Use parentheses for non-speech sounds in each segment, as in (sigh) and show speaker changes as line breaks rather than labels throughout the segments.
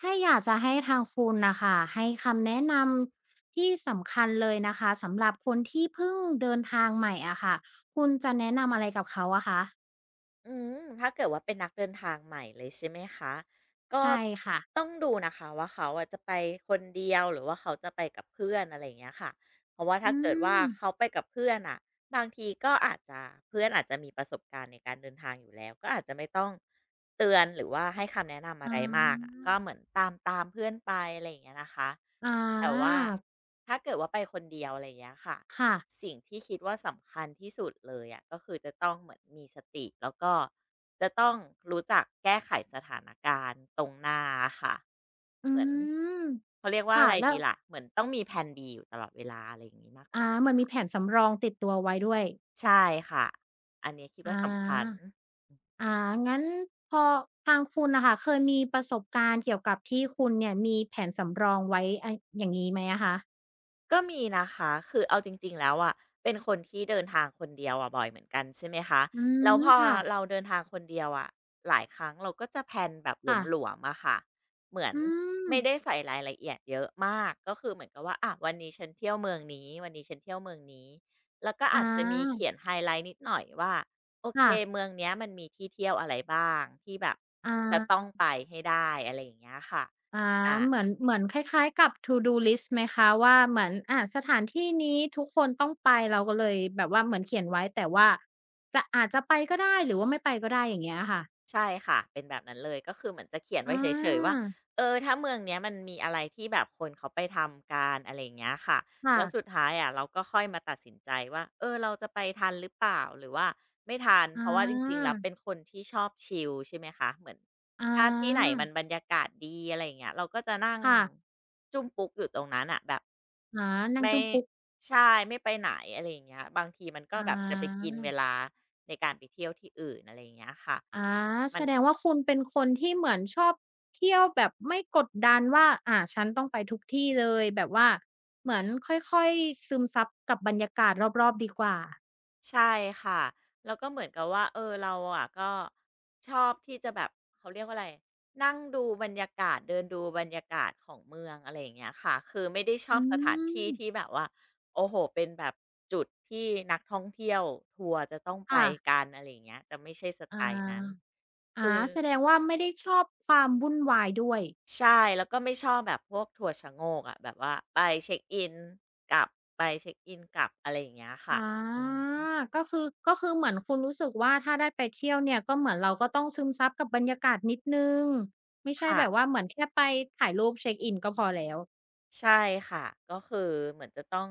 ถ้าอยากจะให้ทางคุณนะค่ะให้คำแนะนำที่สำคัญเลยนะคะสำหรับคนที่เพิ่งเดินทางใหม่อะค่ะคุณจะแนะนำอะไรกับเขาอะคะ
ถ้าเกิดว่าเป็นนักเดินทางใหม่เลยใช่ไหมคะก็
ใช่ค่ะ
ต้องดูนะคะว่าเขาอะจะไปคนเดียวหรือว่าเขาจะไปกับเพื่อนอะไรอย่างเงี้ยค่ะเพราะว่า
อื
ถ้าเกิดว่า
ม
เขาไปกับเพื่อนอ่ะบางทีก็อาจจะเพื่อนอาจจะมีประสบการณ์ในการเดินทางอยู่แล้วก็อาจจะไม่ต้องเตือนหรือว่าให้คำแนะนำ
อ๋
อะไรมากอะ
อ
ก็เหมือนตามเพื่อนไปอะไรอย่างเงี้ยนะคะ
อ๋
แต่ว่าถ้าเกิดว่าไปคนเดียวอะไรอย่างเงี้ยค่ะ
ค่ะ
สิ่งที่คิดว่าสำคัญที่สุดเลยอะะก็คือจะต้องเหมือนมีสติแล้วก็จะต้องรู้จักแก้ไขสถานการณ์ตรงหน้าค่ะ
อื
เหมือน
ม
เขาเรียกว่า
ค่ะ
อะไร
แล้ว
ดีล่ะเหมือนต้องมีแพน B อยู่ตลอดเวลาอะไรอย่างนี้มากก
เหมื
ว่า
อนมีแผนสำรองติดตัวไว้ด้วย
ใช่ค่ะอันนี้คิดว่า
อา
สำคัญ
อางั้นพอทางคุณน่ะค่ะเคยมีประสบการณ์เกี่ยวกับที่คุณเนี่ยมีแผนสำรองไว้อะอย่างงี้ไหมอะคะ
ก็มีนะคะคือเอาจริงๆแล้วอ่ะ เป็นคนที่เดินทางคนเดียวอ่ะบ่อยเหมือนกันใช่ไหมคะ
อื
แล้ว
ม
พอ
ค่ะ
เราเดินทางคนเดียวอะหลายครั้งเราก็จะแพลนแบบ
ค่ะ
หลวมๆอะค่ะเหมือน
อืม
ไม่ได้ใส่รายละเอียดเยอะมาก ก็คือเหมือนกับว่าอะวันนี้ฉันเที่ยวเมืองนี้ วันนี้ฉันเที่ยวเมืองนี้แล้วก็
อ
อาจจะมี
า
เขียนไฮไลต์นิดหน่อยว่าโอเค
ค่ะ
เมืองเนี้ยมันมีที่เที่ยวอะไรบ้างที่แบบ
อา
จะต้องไปให้ได้อะไรอย่างเงี้ยค่ะ
อาเหมื
อา
อนเหมือนคล้ายๆกับ To do list ไหมคะว่าเหมือนสถานที่นี้ทุกคนต้องไปเราก็เลยแบบว่าเหมือนเขียนไว้แต่ว่าจะอาจจะไปก็ได้หรือว่าไม่ไปก็ได้อย่างเงี้ยค่ะ
ใช่ค่ะเป็นแบบนั้นเลยก็คือเหมือนจะเขียน
อ
ไว้เฉยๆว่า
า
เออถ้าเมืองเนี้ยมันมีอะไรที่แบบคนเขาไปทำกันอะไรอย่างเงี้ยค่ะ
ค่ะ
แล้วสุดท้ายอะเราก็ค่อยมาตัดสินใจว่าเออเราจะไปทันหรือเปล่าหรือว่าไม่ทัน
อ
เพราะว่าจริงๆ
า
แล้วเป็นคนที่ชอบชิลใช่ไหมคะเหมือน
อ
ถ้าที่ไหน
า
มันบรรยากาศดีอะไรอย่างเงี้ยเราก็จะนั่ง
ค่ะ
จุ้มปุ๊กอยู่ตรงนั้นน่ะแบบ
อานั่ง
ไม่
จุ้มปุ๊ก
ใช่ไม่ไปไหนอะไรอย่างเงี้ยบางทีมันก็
อ
แบบจะไปกิน
า
เวลาในการไปเที่ยวที่อื่นอะไรอย่างเงี้ยค่ะ
อา
มั
แส
น
ดงว่าคุณเป็นคนที่เหมือนชอบเที่ยวแบบไม่กดดันว่าฉันต้องไปทุกที่เลยแบบว่าเหมือนค่อยๆซึมซับกับบรรยากาศรอบๆดีกว่า
ใช่ค่ะแล้วก็เหมือนกับว่าเออเราอะก็ชอบที่จะแบบเขาเรียกว่าอะไรนั่งดูบรรยากาศเดินดูบรรยากาศของเมืองอะไรอย่างเงี้ยค่ะคือไม่ได้ชอ
อื
บสถาน
ม
ที่ที่แบบว่าโอ้โฮเป็นแบบจุดที่นักท่องเที่ยวทัวร์จะต้องไป
ค่ะ
กันอะไรอย่างเงี้ยจะไม่ใช่สไต
อา
ล์นั้น
อา
คือ
แสดงว่าไม่ได้ชอบความวุ่นวายด้วย
ใช่แล้วก็ไม่ชอบแบบพวกทัวร์ชะโงกอะแบบว่าไปเช็กอินกลับไปเช็กอินกลับอะไรอย่างเงี้ย
อ
ค่ะอื
า
ม
ก็คือก็คือเหมือนคุณรู้สึกว่าถ้าได้ไปเที่ยวเนี่ยก็เหมือนเราก็ต้องซึมซับกับบรรยากาศนิดหนึ่งไม่ใช่
ค่ะ
แบบว่าเหมือนแค่ไปถ่ายรูปเช็กอินก็พอแล้ว
ใช่ค่ะก็คือเหมือนจะต้อง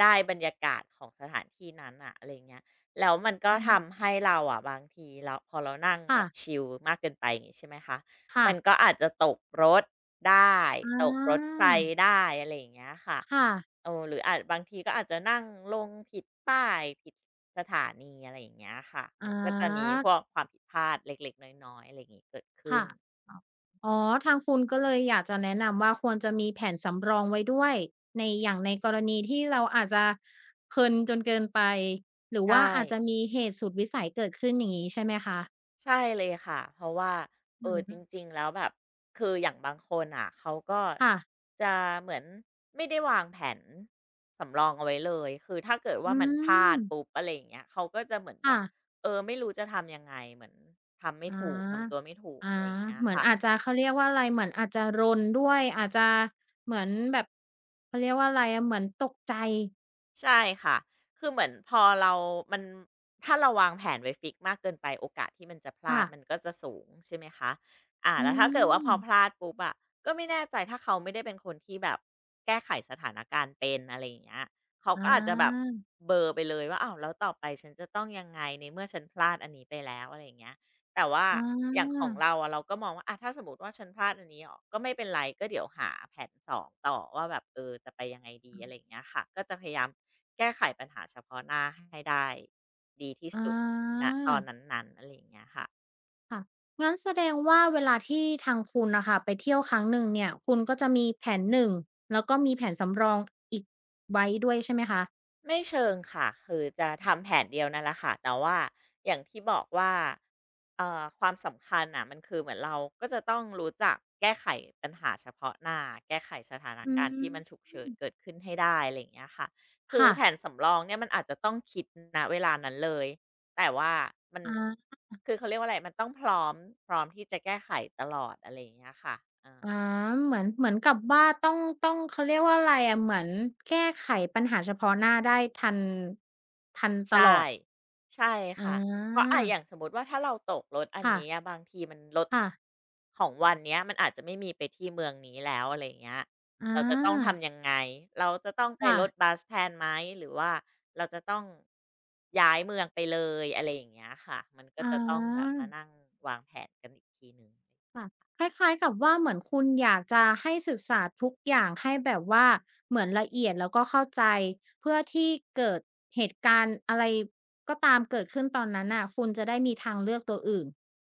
ได้บรรยากาศของสถานที่นั้นอ่ะอะไรเงี้ยแล้วมันก็
อืม
ทำให้เราอะบางทีเราพอเรานั่งแบ
ค่ะ
บชิลมากเกินไปอย่างงี้ใช่ไหมคะ
ค่ะ
มันก็อาจจะตกรถได้
อ
ตกรถไฟ
า
ได้อะไรอย่างเงี้ยค่ะ
ค่ะ
เออหรืออาจบางทีก็อาจจะนั่งลงผิดป้ายผิดสถานีอะไรอย่างเงี้ยค่ะ
อ
มันก็จะมี
า
พวกความผิดพลาดเล็กๆน้อยๆอะไรอย่างงี้เกิดขึ้
ค่ะ
น
อออ๋อทางคุณก็เลยอยากจะแนะนำว่าควรจะมีแผนสำรองไว้ด้วยในอย่างในกรณีที่เราอาจจะเพลินจนเกินไปหรือ
ใช่
ว่าอาจจะมีเหตุสุดวิสัยเกิดขึ้นอย่างงี้ใช่ไหมคะ
ใช่เลยค่ะเพราะว่า
อื
เออจ
ม
ริงๆแล้วแบบคืออย่างบางคนอ่ะเขาก็
ค่ะ
จะเหมือนไม่ได้วางแผนสำรองเอาไว้เลยคือถ้าเกิด
อื
ว่ามันพลาดปุ๊บ
ม
อะไรอย่างเงี้ยเขาก็จะเหมือนแบ
ค่ะ
บเออไม่รู้จะทำยังไงเหมือนทำไม่
อ
ถูกทำตัว
า
ไม่ถูกอะ
อา
ไรอย่างเงี้ย
เหมือนอา
ค่ะ
จจะเขาเรียกว่าอะไรเหมือนอาจจะรนด้วยอาจจะเหมือนแบบเขาเรียกว่าอะไรอะเหมือนตกใจ
ใช่ค่ะคือเหมือนพอเรามันถ้าเราวางแผนไว้ฟิกซ์มากเกินไป โอกาสที่มันจะพลา
ค่ะ
ด มันก็จะสูงใช่ไหมคะอ่า
อื
แล้วถ้าเกิดว่าพอพ
ม
ลาดปุ๊บอะก็ไม่แน่ใจถ้าเขาไม่ได้เป็นคนที่แบบแก้ไขสถานการณ์เป็นอะไรอย่างเงี้ยเขา
อ
ก็อาจจะแบบ
า
เบลอไปเลยว่าอ้าวแล้วต่อไปฉันจะต้องยังไงในเมื่อฉันพลาดอันนี้ไปแล้วอะไรอย่างเงี้ย แต่ว่า
อ
อย่างข
า
องเราอะเราก็มองว่าอะถ้าสมมุติว่าฉันพลาดอันนี้ออกก็ไม่เป็นไรก็เดี๋ยวหาแผน2ต่อว่าแบบเออจะไปยังไงดีอะไรอย่างเงี้ยค่ะก็จะพยายามแก้ไขปัญหาเฉพาะหน้าให้ได้ดีที่
อา
สุดณตอนนั้นๆอะไรอย่างเงี้ยค่ะ
ค่ะงั้นแสดงว่าเวลาที่ทางคุณน่ะค่ะไปเที่ยวครั้งหนึ่งเนี่ยคุณก็จะมีแผนหนึ่งแล้วก็มีแผนสำรองอีกไว้ด้วยใช่ไหมคะ
ไม่เชิงค่ะคือจะทำแผนเดียวนั่นแหละค่ะแต่ว่าอย่างที่บอกว่าความสำคัญน่ะมันคือเหมือนเราก็จะต้องรู้จักแก้ไขปัญหาเฉพาะหน้าแก้ไขสถาน
อื
การณ์ที่
ม
มันฉุกเฉินเกิดขึ้นให้ได้อะไรอย่างเงี้ยค่ะคือ
ค่ะ
แผนสำรองเนี่ยมันอาจจะต้องคิดณเวลานั้นเลยแต่ว่ามัน
อา
คือเขาเรียกว่าอะไรมันต้องพร้อมที่จะแก้ไขตลอดอะไรอย่างเงี้ยค่ะอ
อาเหมือนเหมือนกับว่าต้องเขาเรียกว่าอะไรอะเหมือนแก้ไขปัญหาเฉพาะหน้าได้ทันทันต
ใช่
ลอด
ใช่
อ
ค่ะเพราะ
า
อะอย่างสมมุติว่าถ้าเราตกรถอัน
ค่ะ
นี้
ๆ
อะบางทีมันรถ
อ
ของวันเนี้ยมันอาจจะไม่มีไปที่เมืองนี้แล้วอะไรอย่างเงี้ยเราจะต้อง
า
ทำยังไงเราจะต้องไป
ค่ะ
รถบัสแทนไหมหรือว่าเราจะต้องย้ายเมืองไปเลยอะไรอย่างเงี้ยค่ะมันก็
อา
จะต้องแบบมานั่งวางแผนกันอีกทีหนึ่ง
ค่ะคล้ายๆกับว่าเหมือนคุณอยากจะให้ศึกษาทุกอย่างให้แบบว่าเหมือนละเอียดแล้วก็เข้าใจเพื่อที่เกิดเหตุการณ์อะไรก็ตามเกิดขึ้นตอนนั้นน่ะคุณจะได้มีทางเลือกตัวอื่น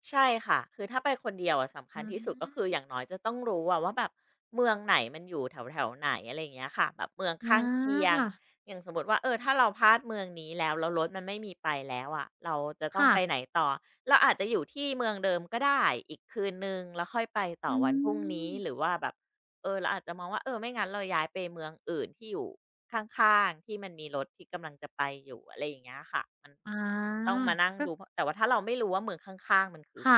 ใช่ค่ะ คือถ้าไปคนเดียวอะสำคั
อา
ญที่สุดก็คืออย่างน้อยจะต้องรู้อะว่าแบบเมืองไหนมันอยู่แถวแถวไหนอะไรอย่างเงี้ยค่ะแบบเมือง
อา
ข้างเคียง
ค่ะ
อย่างสมมติว่าเออถ้าเราพลาดเมืองนี้แล้วแล้วรถมันไม่มีไปแล้วอะเราจะต้อง
ค่ะ
ไปไหนต่อเราอาจจะอยู่ที่เมืองเดิมก็ได้อีกคืนหนึ่งแล้วค่อยไปต่อ
อื
วันพรุ่งนี้
ม
หรือว่าแบบ เออเราอาจจะมองว่าเออไม่งั้นเราย้ายไปเมืองอื่นที่อยู่ข้างๆที่มันมีรถที่กำลังจะไปอยู่อะไรอย่างเงี้ยค่ะมัน
อ
ต้อง
า
มานั่ง
ก็
ดูเพราะแต่ว่าถ้าเราไม่รู้ว่าเมืองข้างๆมันคือ
ค่ะ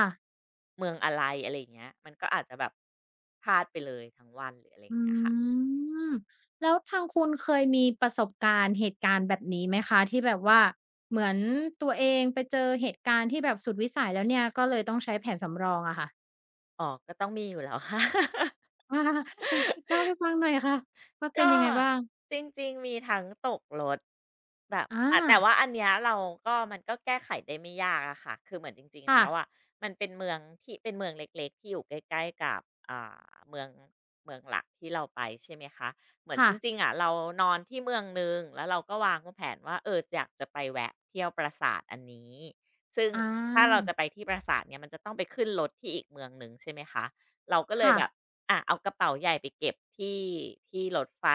เมืองอะไรอะไรอย่างเงี้ยมันก็อาจจะแบบพลาดไปเลยทั้งวันหรืออะไรอย่า
อื
งเงี้ยค่ะ
มแล้วทางคุณเคยมีประสบการณ์เหตุการณ์แบบนี้ไหมคะที่แบบว่าเหมือนตัวเองไปเจอเหตุการณ์ที่แบบสุดวิสัยแล้วเนี่ยก็เลยต้องใช้แผนสำรองอะค่ะ
อ๋อก็ต้องมีอยู่แล้วค่ะ
(laughs) อาเล่าให้ฟังหน่อยค่ะว่าเป็น
ก็
ยังไงบ้าง
จริงๆมีทั้งตกรถแบบ
อา
อะแต่ว่าอันเนี้ยเราก็มันก็แก้ไขได้ไม่ยากอะค่ะคือเหมือนจริงๆ
ค่ะ
แล้วอะมันเป็นเมืองที่เป็นเมืองเล็กๆที่อยู่ใกล้ๆกับอ่าเมืองเมืองหลักที่เราไปใช่ไหมคะเหมือน
ค่ะ
จริงๆอะเรานอนที่เมืองหนึ่งแล้วเราก็วางแผนว่าเอออยากจะไปแวะเที่ยวปราสาทอันนี้ซึ่ง
อ
ถ้าเรา
า
จะไปที่ปราสาทเนี่ยมันจะต้องไปขึ้นรถที่อีกเมืองหนึ่งใช่ไหมคะเราก็เลย
ค่ะ
แบบ อะเอากระเป๋าใหญ่ไปเก็บที่ที่รถไฟ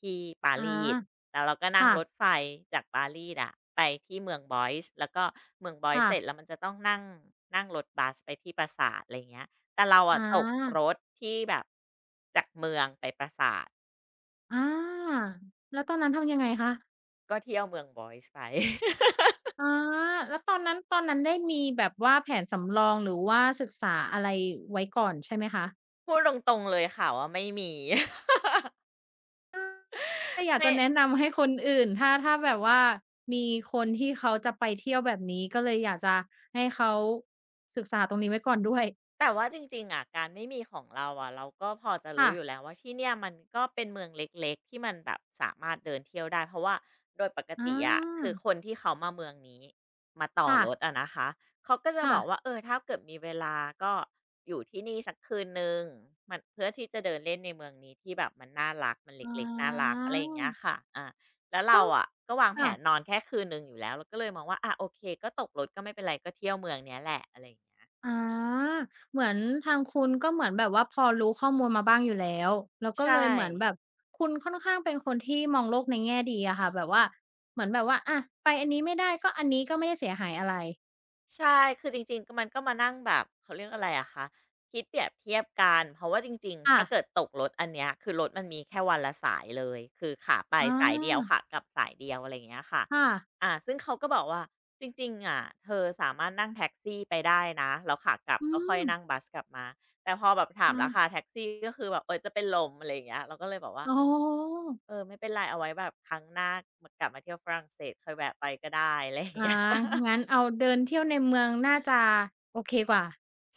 ที่ปา
อา
รีสแล้วเราก็นั่ง
ค่ะ
รถไฟจากปารีสอะไปที่เมืองบอยซ์แล้วก็เมืองบอยซ์
ค่ะ
เสร็จแล้วมันจะต้องนั่งนั่งรถบัสไปที่ปราสาทอะไรอย่างเงี้ยแต่เรา
อ
อะตกร
า
ถที่แบบจากเมืองไปปราสาท
อาแล้วตอนนั้นทำยังไงคะ
ก็เที่ยวเมืองบอยซ์ไป (laughs)
อาแล้วตอนนั้น ตอนนั้นได้มีแบบว่าแผนสำรองหรือว่าศึกษาอะไรไว้ก่อนใช่ไหมคะ
พูดตรงๆเลยค่ะว่าไม่มี (laughs)
ถ้าอยาก
ไม่
จะแนะนำให้คนอื่นถ้าถ้าแบบว่ามีคนที่เขาจะไปเที่ยวแบบนี้ ก็เลยอยากจะให้เขาศึกษาตรงนี้ไว้ก่อนด้วย
แต่ว่าจริงๆอะการไม่มีของเราอะเราก็พอจะรู้
ค่ะ
อยู่แล้วว่าที่เนี่ยมันก็เป็นเมืองเล็กๆที่มันแบบสามารถเดินเที่ยวได้เพราะว่าโดยปก
อา
ติอะคือคนที่เขามาเมืองนี้มาต่อ
ค่ะ
รถอะนะคะเขาก็จะบ
ค่ะ
อกว่าเออถ้าเกิดมีเวลาก็อยู่ที่นี่สักคืนหนึ่งมันเพื่อที่จะเดินเล่นในเมืองนี้ที่แบบมันน่ารักมัน
อ๋
เล็กๆน่ารั
อ
กอะไรอย่างเงี้ยค่ะอาแล้วเรา
ก็
อะก็วางแผ
ค่ะ
นนอนแค่คืนหนึ่งอยู่แล้วเราก็เลยมองว่าอาโอเคก็ตกรถก็ไม่เป็นไรก็เที่ยวเมืองเนี้ยแหละอะไรอย่างเงี้ย
อาเหมือนทางคุณก็เหมือนแบบว่าพอรู้ข้อมูลมาบ้างอยู่แล้วแล้วก็เล
ใช่
ยเหมือนแบบคุณค่อนข้างเป็นคนที่มองโลกในแง่ดีอะค่ะแบบว่าเหมือนแบบว่าอะไปอันนี้ไม่ได้ก็อันนี้ก็ไม่ได้เสียหายอะไร
ใช่คือจริงๆก็มันก็มานั่งแบบเขาเรียกอะไรอะคะคิดเปรียบเทียบกันเพราะว่าจริงๆ
ค่ะ
ถ้าเกิดตกรถอันเนี้ยคือรถมันมีแค่วันละสายเลยคือขาไป
อา
สายเดียวขากลับสายเดียวอะไรอย่างเงี้ยค่ะ
ค่ะ
อ่าซึ่งเขาก็บอกว่าจริงๆอะเธอสามารถนั่งแท็กซี่ไปได้นะแล้วขากลับ
อื
ก็ค่อย
ม
นั่งบัสกลับมาแต่พอแบบถามราคา
อา
แท็กซี่ก็คือแบบเออจะเป็นลมอะไรอย่างเงี้ยเราก็เลยบอกว่า
อ๋อ
เออไม่เป็นไรเอาไว้แบบครั้งหน้ามกลับมาเที่ยวฝรั่งเศสค่อยแวะไปก็ได้อะไรอย่าง
อา
เงี้ย
งั้นเอาเดินเที่ยวในเมืองน่าจะโอเคกว่า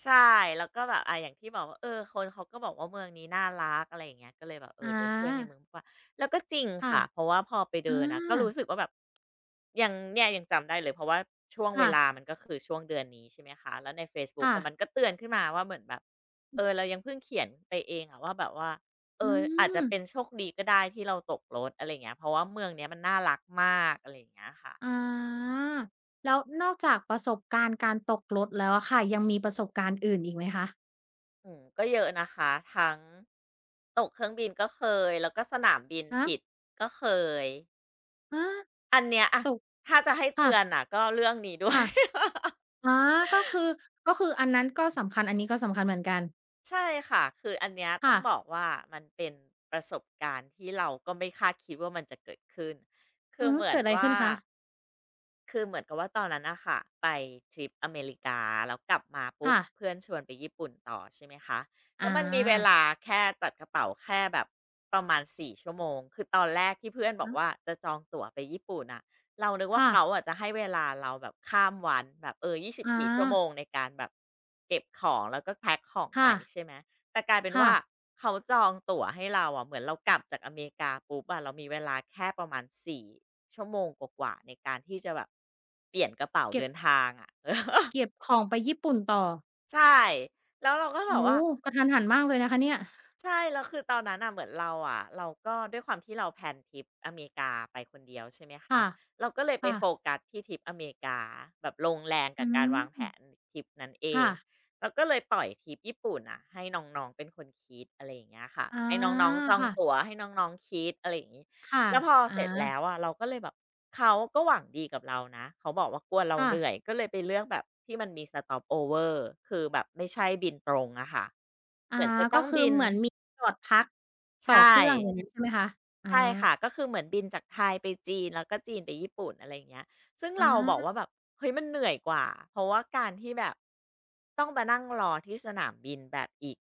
ใช่แล้วก็แบบอ่าอย่างที่บอกว่าเออคนเขาก็บอกว่าเมืองนี้น่ารักอะไรอย่างเงี้ยก็เลยแบบเออ
อ
เดินเที่ยวในเมื
า
องมากกว่าแล้วก็จริง
ค่ะ
ค่ะเพราะว่าพอไป
อา
เดินอะก็รู้สึกว่าแบบยังเนี่ยยังจำได้เลยเพราะว่าช่วงเว
ค่ะ
ลามันก็คือช่วงเดือนนี้ใช่ไหมคะแล้วในเฟซบุ๊ก
ค่ะ
อะมันก็เตือนขึ้นมาว่าเหมือนแบบเออเรายังเพิ่งเขียนไปเองอะว่าแบบว่าเอ
อื
ออาจจะ
ม
เป็นโชคดีก็ได้ที่เราตกรถอะไรอย่างเงี้ยเพราะว่าเมืองเนี้ยมันน่ารักมากอะไรอย่างเงี้ยค่ะ
อาแล้วนอกจากประสบการณ์การตกรถแล้วอะค่ะยังมีประสบการณ์อื่นอีกไหมคะ
ก็เยอะนะคะทั้งตกเครื่องบินก็เคยแล้วก็สนามบิน
ฮะ
ผิดก็เคย
อา
อันเนี้ยอะ
ตก
ถ้าจะให้เตื
ค่ะ
อนอ่ะก็เรื่องนี้ด้วย
ค่ะ
(laughs)
อ๋อก็คือก็คืออันนั้นก็สำคัญอันนี้ก็สำคัญเหมือนกัน
ใช่ค่ะคืออันเนี้ยต้อ
ค่ะ
งบอกว่ามันเป็นประสบการณ์ที่เราก็ไม่คาดคิดว่ามันจะเกิดขึ้นคื
อื
อ
อฮึ
เหมือ
เกิ
น
ดอะไรขึ้
ว่า
นคะ
คือเหมือนกับว่าตอนนั้นนะค่ะไปทริปอเมริกาแล้วกลับมาปุ๊บ
ค่ะ
เพื่อนชวนไปญี่ปุ่นต่อใช่ไหมคะ
อ
แล้วมันมีเว
า
ลาแค่จัดกระเป๋าแค่แบบประมาณ4ชั่วโมงคือตอนแรกที่เพื่อนบอก
ฮะ
ว่าจะจองตั๋วไปญี่ปุ่นน่ะเรานึกว่า
ค่ะ
เขาอะจะให้เวลาเราแบบข้ามวันแบบยี่สิบ
อา
สี่ชั่วโมงในการแบบเก็บของแล้วก็แพ็กของให
ค่ะ
ม่ใช่ไหม แต่กลายเป็น
ค่ะ
ว่าเขาจองตั๋วให้เราอ่ะเหมือนเรากลับจากอเมริกาปุ๊บอะเรามีเวลาแค่ประมาณ4ชั่วโมงกว่าๆในการที่จะแบบเปลี่ยนกระเป๋า
เก็
เดิ
บ
นทางอ่ะ (laughs)
เก็บของไปญี่ปุ่นต่อ
ใช่แล้วเราก็
โอ้
แบบ
โฮ
ว่า
กระทันหันมากเลยนะคะเนี่ย
ใช่แล้วคือตอนนั้นน่ะเหมือนเราอะเราก็ด้วยความที่เราแพลนทริปอเมริกาไปคนเดียวใช่ไหมคะ
ค่ะ
เราก็เลยไป
ค่ะ
โฟกัสที่ทริปอเมริกาแบบลงแรง
อื
กับการ
ม
วางแผนทริปนั้นเอง
ค่ะ
เราก็เลยปล่อยทริปญี่ปุ่นน่ะให้น้องๆเป็นคนคิดอะไรอย่างเงี้ยค่ะ
อา
ให้น้องๆจอง
ค่ะ
ตั๋วให้น้องๆคิดอะไรอย่างงี้
ค่ะ
แล้วพอ
อา
เสร็จแล้วอะเราก็เลยแบบเขาก็หวังดีกับเรานะเขาบอกว่ากลัวเรา
ค่ะ
เหนื่อยก็เลยไปเลือกแบบที่มันมี Stopover คือแบบไม่ใช่บินตรงอะค่ะ
อา
เหมือนจะต้
ก็
อง
คือ
บิน
เหมือนมีจอดพักต่อ
ใช่
เครื่องอย่างงั้นใช่ไหมคะอา
ใช่ค่ะก็คือเหมือนบินจากไทยไปจีนแล้วก็จีนไปญี่ปุ่นอะไรอย่างเงี้ยซึ่ง
อา
เราบอกว่าแบบเฮ้ยมันเหนื่อยกว่าเพราะว่าการที่แบบต้องมานั่งรอที่สนามบินแบบอีก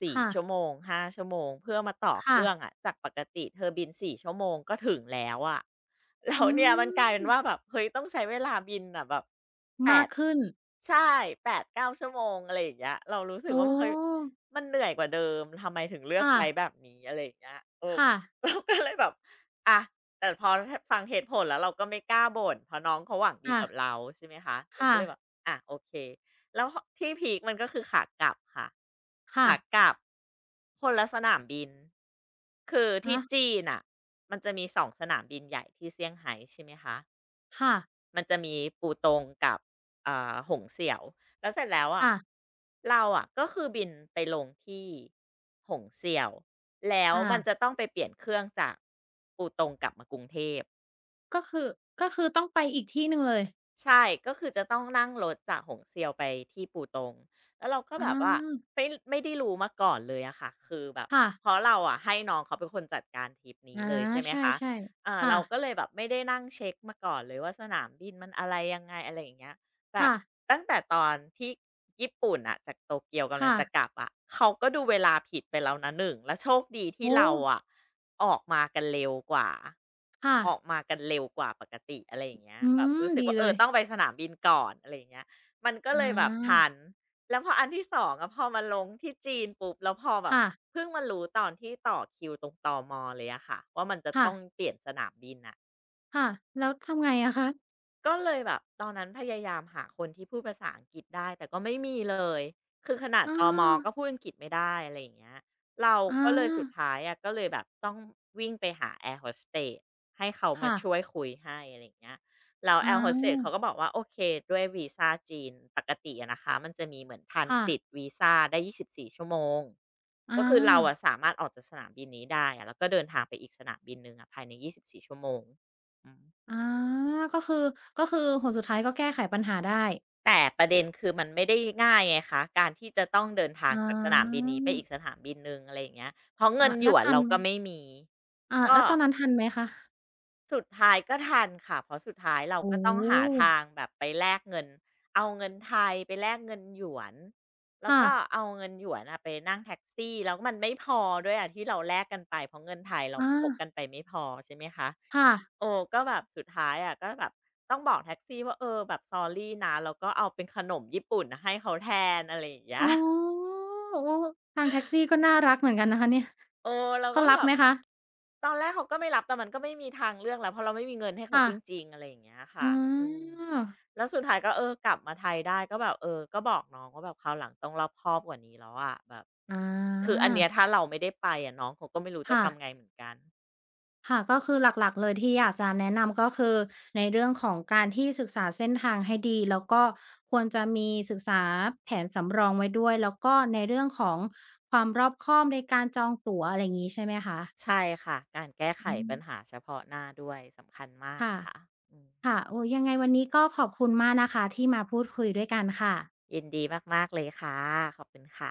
สี่
ค่ะ
ชั่วโมงห้าชั่วโมงเพื่อมาต่อเค
ค่ะ
รื่องอะจากปกติเธอบินสี่ชั่วโมงก็ถึงแล้วอะ (laughs) แล้ว
อื
เนี่ยมันกลายเป็
ม
นว่าแบบเฮ้ยต้องใช้เวลาบินอะแบบแป
มาก
ด
ขึ้น
ใช่แปดเก้าชั่วโมงอะไรอย่างเงี้ยเรารู้สึ
อ๋
ก
อ
ว่าเฮ้ยมันเหนื่อยกว่าเดิมทำไมถึงเลือก
ค่ะ
ไฟลต์แบบนี้อะไรอย่างเงี้ย
ค่ะ
เราก็เลยแบบอะแต่พอฟังเหตุผลแล้วเราก็ไม่กล้าบ่นเพราะน้องเขาหวังดี
ค่ะ
กับเราใช่ไหมคะเราก็
ค่ะ
เลยแบบอะโอเคแล้วที่พีกมันก็คือขากลับค่ะ
ค่ะ
ขากลับคนละสนามบินคือที่
ฮะ
จีนอ่ะมันจะมีสองสนามบินใหญ่ที่เซี่ยงไฮ้ใช่ไหมคะ
ค่ะ
มันจะมีปูตงกับหงเสี่ยวแล้วเสร็จแล้วอะ
ค่ะ
เราอ่ะก็คือบินไปลงที่หงเสี่ยวแล้ว
อา
มันจะต้องไปเปลี่ยนเครื่องจากปูตงกลับมากรุงเทพ
ก็คือก็คือต้องไปอีกที่หนึ่งเลย
ใช่ก็คือจะต้องนั่งรถจากหงเสี่ยวไปที่ปูตงแล้วเราก็
อ
แบบว่า
า
ไม่ไม่ได้รู้มาก่อนเลยอะค่ะคือแบบ
ค่ะ
เพราะเราอะให้น้องเขาเป็นคนจัดการทริปนี้
อา
เลยใช่ไหม
ใช
คะ
่ๆ
อ่า
ค่ะ
เราก็เลยแบบไม่ได้นั่งเช็คมาก่อนเลยว่าสนามบินมันอะไรยังไงอะไรอย่างเงี้ย แบบ
ค่ะ
ตั้งแต่ตอนที่ญี่ปุ่นอะจากโตเกียวกำลัง
ค่ะ
จะกลับอะเขาก็ดูเวลาผิดไปแล้วนะหนึ่งแล้วโชคดีที่
โอ้
เราอะออกมากันเร็วกว่า
ค่ะ
ออกมากันเร็วกว่าปกติอะไรอย่างเงี้ย
อื
แบบ
ม
รู้สึก
ดี
ว่า
เลย
ต้องไปสนามบินก่อนอะไรอย่างเงี้ยมันก็
อ
เลยแบบทั
า
นแล้วพออันที่สองอะพอมาลงที่จีนปุ๊บแล้วพอแบบ
ค่ะ
เพิ่งมารู้ตอนที่ต่อคิวตรงตอมอเลยอะค่ะว่ามันจะ
ค่ะ
ต้องเปลี่ยนสนามบินอะ
ค่ะแล้วทำไงอะคะ
ก็เลยแบบตอนนั้นพยายามหาคนที่พูดภาษาอังกฤษได้แต่ก็ไม่มีเลยคือขนาด
อา
ตมก็พูดอังกฤษไม่ได้อะไรอย่างเงี้ยเรา
อา
ก็เลยสุดท้ายอะก็เลยแบบต้องวิ่งไปหาแอร์โฮสเตสให้เขามา
ค่ะ
ช่วยคุยให้อะไรอย่างเงี้ยแล้ว
อ
แอร์โฮสเตส
า
เขาก็บอกว่าโอเคด้วยวีซาจีนปกติอะนะคะมันจะมีเหมือนทัน
ค่ะ
สิทธิ์วีซาได้24ชั่วโมงก็
อา
คือเราอะสามารถออกจากสนามบินนี้ได้อะแล้วก็เดินทางไปอีกสนามบินหนึ่งอะภายในยี่สิบสี่ชั่วโมงอืม
อาก็คือ ก็คือผลสุดท้ายก็แก้ไขปัญหาได้
แต่ประเด็นคือมันไม่ได้ง่ายไงคะการที่จะต้องเดินทาง
อ๋
จากสนามบิน
อ
นี้ไปอีกสนามบินหนึ่งอะไรอย่างเงี้ยเพราะเงินหย
แล้ว
วน
ทัน
เรา
ไหม
ก็ไม่มีก็
แล้วตอนนั้นทันไหมคะ
สุดท้ายก็ทันค่ะเพราะสุดท้ายเรา
โอ้
ก็ต้องหาทางแบบไปแลกเงินเอาเงินไทยไปแลกเงินหยวนแล้ว
ค่ะ
ก็เอาเงินหยวนอะไปนั่งแท็กซี่แล้วมันไม่พอด้วยอะที่เราแลกกันไปเพราะเงินไทยเรา
อา
พกกันไปไม่พอใช่ไหมคะ
ค่ะ
โอ้ก็แบบสุดท้ายอะก็แบบต้องบอกแท็กซี่ว่าแบบ sorry นะแล้วก็เอาเป็นขนมญี่ปุ่นให้เขาแทนอะไรอย่างเงี้
อ๋
ย
อ
(laughs)
โอ้ทางแท็กซี่ก็น่ารักเหมือนกันนะคะเนี่ย
เออเรา
เขา
ก็
รั
แบ
บ
บ
ไหมคะ
ตอนแรกเขาก็ไม่รับแต่มันก็ไม่มีทางเลือกแล้วเพราะเราไม่มีเงินให้เขา
ค่ะ
จริงๆอะไรอย่างเงี้ย
อา
ค่ะอืม
อ
แล้วสุดท้ายก็กลับมาไทยได้ก็แบบก็บอกน้องว่าแบบคราวหลังต้องรอบคอบกว่านี้แล้วอะแบบ
อา
คืออันเนี้ยถ้าเราไม่ได้ไปอะน้องเขาก็ไม่รู้จะ
ค่ะ
ทำไงเหมือนกัน
ค่ะก็คือหลักๆเลยที่อยากจะแนะนำก็คือในเรื่องของการที่ศึกษาเส้นทางให้ดีแล้วก็ควรจะมีศึกษาแผนสำรองไว้ด้วยแล้วก็ในเรื่องของความรอบคอบในการจองตั๋วอะไรอย่างงี้ใช่ไหมคะ
ใช่ค่ะการแก้ไข
อืม
ปัญหาเฉพาะหน้าด้วยสำคัญมาก
ค่ะ
ค่ะอืม
ค่ะโอ้ยังไงวันนี้ก็ขอบคุณมากนะคะที่มาพูดคุยด้วยกันค่ะ
ยินดีมากๆ เลยค่ะ ขอบคุณค่ะ